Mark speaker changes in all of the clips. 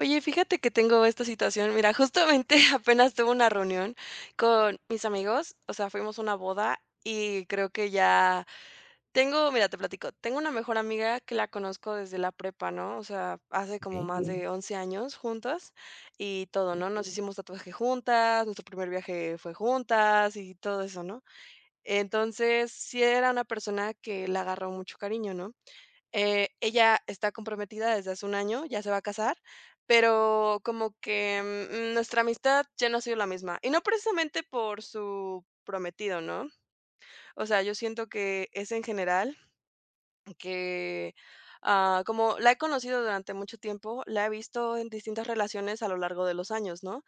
Speaker 1: Oye, fíjate que tengo esta situación. Mira, justamente apenas tuve una reunión con mis amigos, o sea, fuimos a una boda y creo que ya tengo, mira, te platico, tengo una mejor amiga que la conozco desde la prepa, ¿no? O sea, hace como
Speaker 2: Okey,
Speaker 1: más de 11 años juntas y todo, ¿no? Nos hicimos tatuaje juntas, nuestro primer viaje fue juntas y todo eso, ¿no? Entonces, sí era una persona que le agarró mucho cariño, ¿no? Ella está comprometida desde hace un año, ya se va a casar, pero como que, nuestra amistad ya no ha sido la misma, y no precisamente por su prometido, ¿no? O sea, yo siento que es en general que, como la he conocido durante mucho tiempo, la he visto en distintas relaciones a lo largo de los años, ¿no?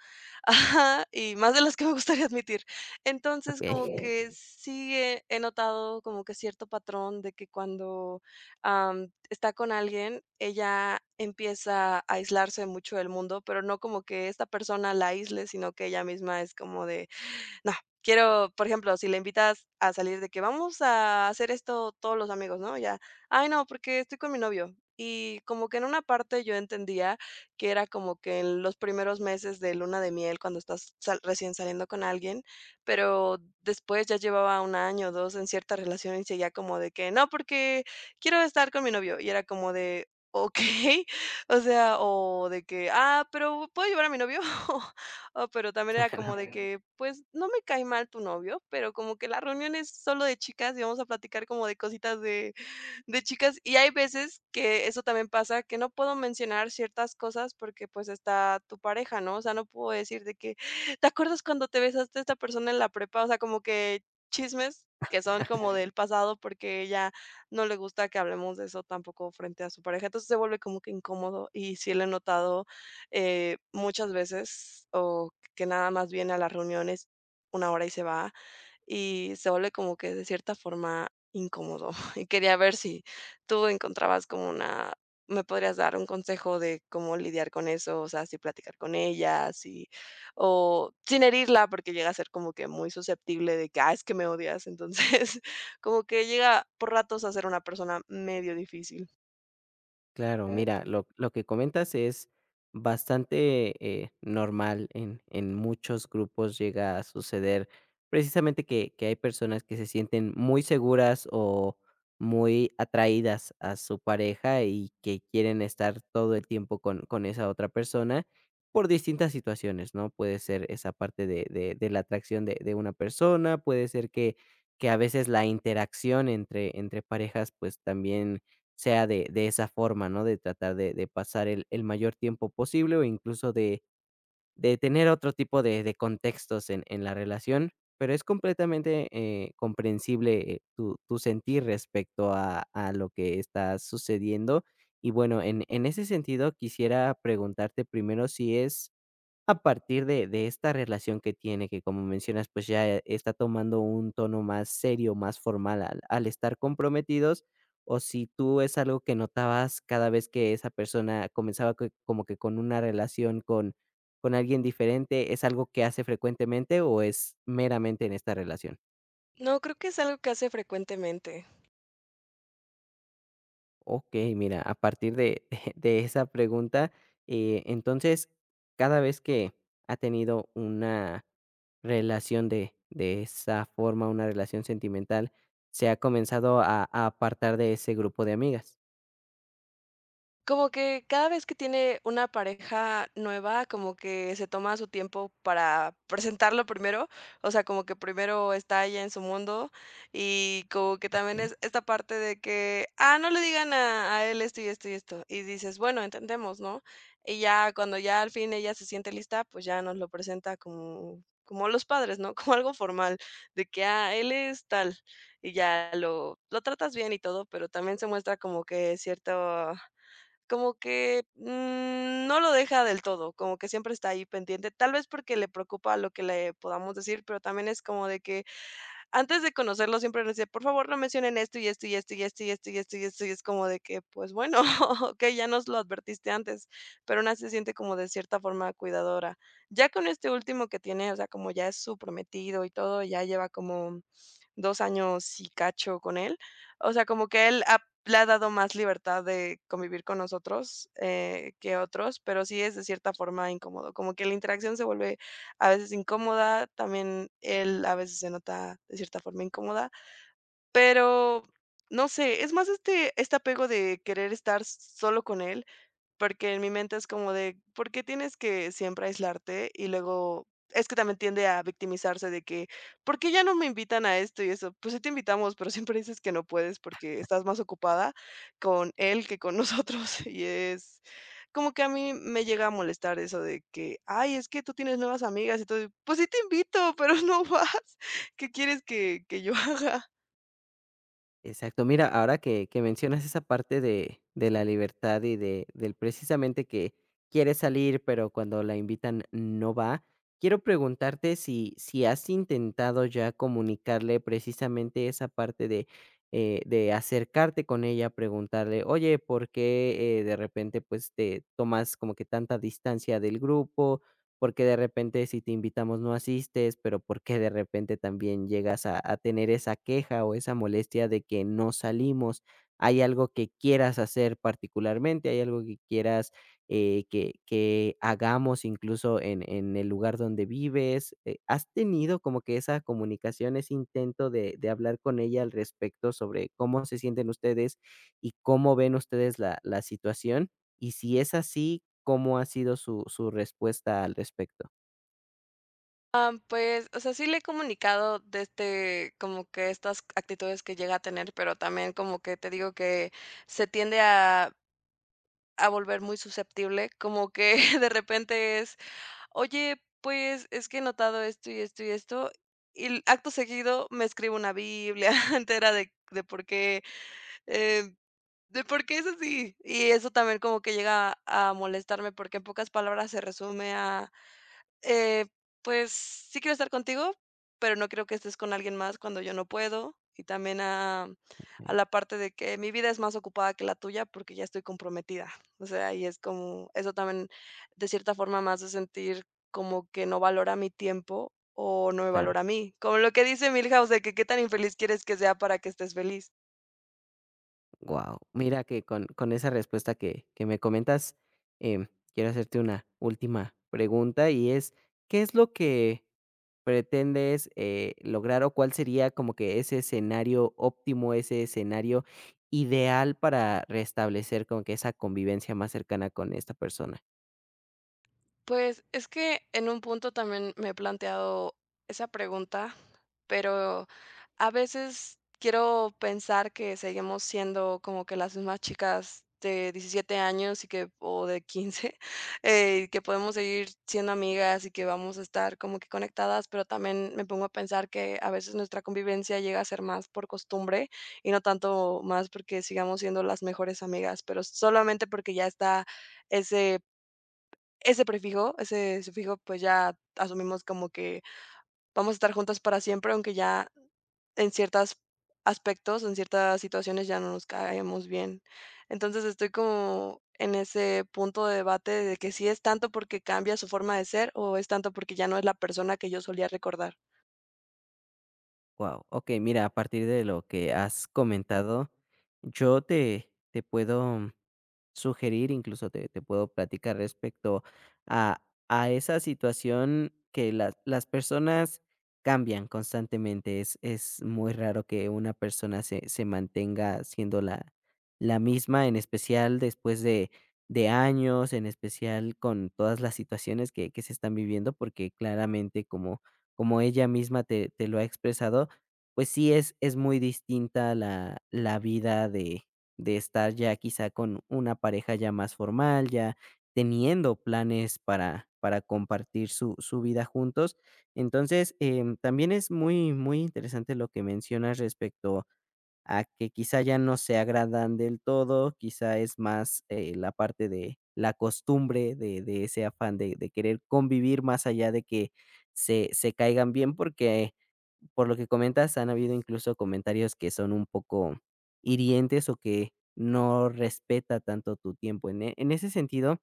Speaker 1: Ajá, y más de las que me gustaría admitir. Entonces, como,
Speaker 2: okey,
Speaker 1: okey, que sí he notado como que cierto patrón de que cuando, está con alguien, ella empieza a aislarse mucho del mundo, pero no como que esta persona la aísle, sino que ella misma es como de no, quiero, por ejemplo, si le invitas a salir de que vamos a hacer esto todos los amigos, ¿no? Ya, ay, no, porque estoy con mi novio. Y como que en una parte yo entendía que era como que en los primeros meses de luna de miel, cuando estás recién saliendo con alguien, pero después ya llevaba un año o dos en cierta relación y seguía como de que, no, porque quiero estar con mi novio. Y era como de, ok, o sea, o de que, pero ¿puedo llevar a mi novio? Oh, pero también era
Speaker 2: claro.
Speaker 1: como de que, pues, no me cae mal tu novio, pero como que la reunión es solo de chicas y vamos a platicar como de cositas de chicas. Y hay veces que eso también pasa, que no puedo mencionar ciertas cosas porque pues está tu pareja, ¿no? O sea, no puedo decir de que, ¿te acuerdas cuando te besaste a esta persona en la prepa? O sea, como que chismes que son como, claro, del pasado porque ella no le gusta que hablemos de eso tampoco frente a su pareja. Entonces se vuelve como que incómodo y sí lo he notado muchas veces o que nada más viene a las reuniones una hora y se va y se vuelve como que de cierta forma incómodo. Y quería ver si tú encontrabas como una me podrías dar un consejo de cómo lidiar con eso, o sea, si platicar con ella, si o sin herirla, porque llega a ser como que muy susceptible de que, ah, es que me odias. Entonces, como que llega por ratos a ser una persona medio difícil.
Speaker 2: Claro, mira, lo que comentas es bastante, normal en muchos grupos llega a suceder precisamente que hay personas que se sienten muy seguras o muy atraídas a su pareja y que quieren estar todo el tiempo con esa otra persona por distintas situaciones, ¿no? Puede ser esa parte de la atracción de una persona, puede ser que a veces la interacción entre parejas, pues, también sea de esa forma, ¿no? De tratar de pasar el mayor tiempo posible o incluso de tener otro tipo de contextos en la relación, pero es completamente, comprensible, tu sentir respecto a lo que está sucediendo. Y bueno, en ese sentido, quisiera preguntarte primero si es a partir de esta relación que tiene, que como mencionas, pues ya está tomando un tono más serio, más formal al estar comprometidos, o si tú es algo que notabas cada vez que esa persona comenzaba co como que con una relación con alguien diferente, ¿es algo que hace frecuentemente o es meramente en esta relación?
Speaker 1: No, creo que es algo que hace frecuentemente.
Speaker 2: Ok, mira, a partir de, de esa pregunta, entonces, cada vez que ha tenido una relación de esa forma, una relación sentimental, se ha comenzado a apartar de ese grupo de amigas.
Speaker 1: Como que cada vez que tiene una pareja nueva, como que se toma su tiempo para presentarlo primero, o sea, como que primero está ella en su mundo y como que también
Speaker 2: ¿Eh?
Speaker 1: es esta parte de que, ah, no le digan a él esto y esto y esto. Y dices, bueno, entendemos, ¿no? Y ya cuando ya al fin ella se siente lista, pues ya nos lo presenta como, como los padres, ¿no? Como algo formal, de que, ah, él es tal y ya lo tratas bien y todo, pero también se muestra como que cierto como que, no lo deja del todo, como que siempre está ahí pendiente, tal vez porque le preocupa lo que le podamos decir, pero también es como de que antes de conocerlo siempre nos decía: "Por favor, no mencionen esto y esto y esto y esto y esto y esto y esto", y es como de que, pues bueno, okey, ya nos lo advertiste antes, pero aún así se siente como de cierta forma cuidadora. Ya con este último que tiene, o sea, como ya es su prometido y todo, ya lleva como 2 años y cacho con él. O sea, como que él ha le ha dado más libertad de convivir con nosotros, que otros, pero sí es de cierta forma incómodo, como que la interacción se vuelve a veces incómoda, también él a veces se nota de cierta forma incómoda, pero no sé, es más este apego de querer estar solo con él porque en mi mente es como de, ¿por qué tienes que siempre aislarte? Y luego, es que también tiende a victimizarse de que, ¿por qué ya no me invitan a esto y eso? Pues sí te invitamos, pero siempre dices que no puedes porque estás más ocupada con él que con nosotros. Y es como que a mí me llega a molestar eso de que, ay, es que tú tienes nuevas amigas y todo. Pues sí te invito, pero no vas. ¿Qué quieres que yo haga?
Speaker 2: Exacto. Mira, ahora que mencionas esa parte de la libertad y de del precisamente que quiere salir, pero cuando la invitan no va, quiero preguntarte si has intentado ya comunicarle precisamente esa parte de acercarte con ella, preguntarle: "Oye, ¿por qué, de repente, pues, te tomas como que tanta distancia del grupo? Porque de repente si te invitamos no asistes, pero porque de repente también llegas a tener esa queja o esa molestia de que no salimos. ¿Hay algo que quieras hacer particularmente? ¿Hay algo que quieras que hagamos incluso en el lugar donde vives? ¿Has tenido como que esa comunicación, ese intento de hablar con ella al respecto sobre cómo se sienten ustedes y cómo ven ustedes la, la situación? Y si es así, ¿cómo ha sido su respuesta al respecto?
Speaker 1: Am, pues, o sea, sí le he comunicado desde como que estas actitudes que llega a tener, pero también como que te digo que se tiende a volver muy susceptible, como que de repente es: "Oye, pues, es que he notado esto y esto y esto", y l acto seguido me escribo una biblia entera eh, de por qué es así. Y eso también como que llega a molestarme, porque en pocas palabras se resume a eh, pues, sí quiero estar contigo, pero no quiero que estés con alguien más cuando yo no puedo. Y también a
Speaker 2: Eh,
Speaker 1: la parte de que mi vida es más ocupada que la tuya porque ya estoy comprometida. O sea, y es como eso también, de cierta forma, más de sentir como que no valora mi tiempo o no me
Speaker 2: claro,
Speaker 1: valora a mí. Como lo que dice Milhouse de que qué tan infeliz quieres que sea para que estés feliz.
Speaker 2: guau. Mira que con esa respuesta que me comentas, em, quiero hacerte una última pregunta, y es, ¿qué es lo que pretendes, lograr, o cuál sería como que ese escenario óptimo, ese escenario ideal para restablecer como que esa convivencia más cercana con esta persona?
Speaker 1: Pues, es que en un punto también me he planteado esa pregunta, pero a veces quiero pensar que seguimos siendo como que las mismas chicas de 17 años y que o de 15, que podemos seguir siendo amigas y que vamos a estar como que conectadas, pero también me pongo a pensar que a veces nuestra convivencia llega a ser más por costumbre y no tanto más porque sigamos siendo las mejores amigas, pero solamente porque ya está ese ese prefijo, ese sufijo, pues, ya asumimos como que vamos a estar juntas para siempre, aunque ya en ciertos aspectos, en ciertas situaciones ya no nos caemos bien. Entonces, estoy como en ese punto de debate de que si es tanto porque cambia su forma de ser o es tanto porque ya no es la persona que yo solía recordar.
Speaker 2: Wow. Okey, mira, a partir de lo que has comentado, yo te puedo sugerir, incluso te, te puedo platicar respecto a, a esa situación que las personas cambian constantemente. Es muy raro que una persona se, se mantenga siendo la, la misma, en especial después de años, en especial con todas las situaciones que se están viviendo, porque claramente como, como ella misma te, te lo ha expresado, pues sí es muy distinta la, la vida de estar ya quizá con una pareja ya más formal, ya teniendo planes para compartir su vida juntos. Entonces, también es muy, muy interesante lo que mencionas respecto a que quizá ya no se agradan del todo, quizá es más, la parte de la costumbre de ese afán de querer convivir más allá de que se caigan bien, porque por lo que comentas, han habido incluso comentarios que son un poco hirientes o que no respeta tanto tu tiempo. En en ese sentido,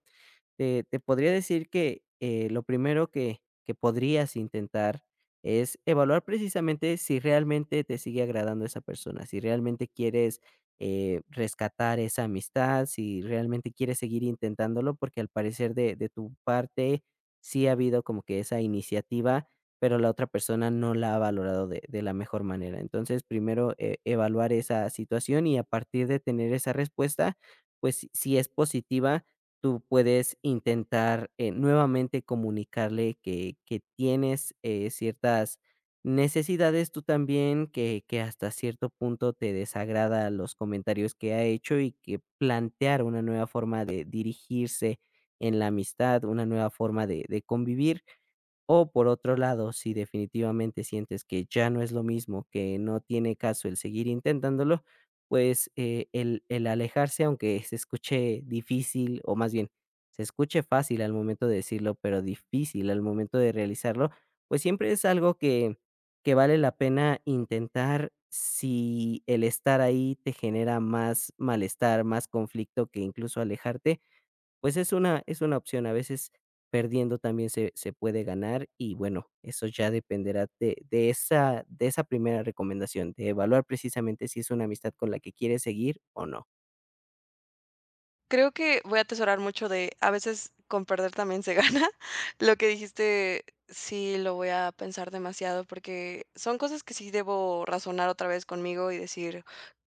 Speaker 2: te podría decir que, lo primero que podrías intentar es evaluar precisamente si realmente te sigue agradando esa persona, si realmente quieres, rescatar esa amistad, si realmente quieres seguir intentándolo, porque al parecer de tu parte sí ha habido como que esa iniciativa, pero la otra persona no la ha valorado de la mejor manera. Entonces, primero, evaluar esa situación y a partir de tener esa respuesta, pues, si es positiva tú puedes intentar, nuevamente comunicarle que tienes, ciertas necesidades tú también, que hasta cierto punto te desagrada los comentarios que ha hecho y que plantear una nueva forma de dirigirse en la amistad, una nueva forma de convivir. O por otro lado, si definitivamente sientes que ya no es lo mismo, que no tiene caso el seguir intentándolo, pues, el alejarse, aunque se escuche difícil, o más bien, se escuche fácil al momento de decirlo, pero difícil al momento de realizarlo, pues siempre es algo que vale la pena intentar si el estar ahí te genera más malestar, más conflicto que incluso alejarte. Pues es una opción, a veces perdiendo también se puede ganar y bueno, eso ya dependerá de esa de esa primera recomendación, de evaluar precisamente si es una amistad con la que quieres seguir o no.
Speaker 1: Creo que voy a atesorar mucho de a veces con perder también se gana. Lo que dijiste, sí lo voy a pensar demasiado porque son cosas que sí debo razonar otra vez conmigo y decir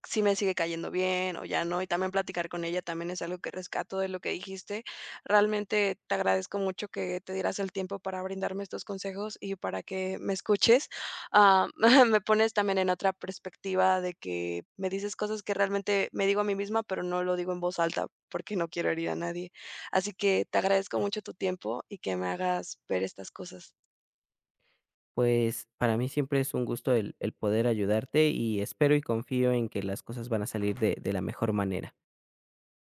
Speaker 1: si me sigue cayendo bien o ya no. Y también platicar con ella también es algo que rescato de lo que dijiste. Realmente te agradezco mucho que te dieras el tiempo para brindarme estos consejos y para que me escuches. Ah, me pones también en otra perspectiva de que me dices cosas que realmente me digo a mí misma, pero no lo digo en voz alta porque no quiero herir a nadie. Así que te agradezco mucho tu tiempo y que me hagas ver estas cosas.
Speaker 2: Pues para mí siempre es un gusto el poder ayudarte y espero y confío en que las cosas van a salir de la mejor manera.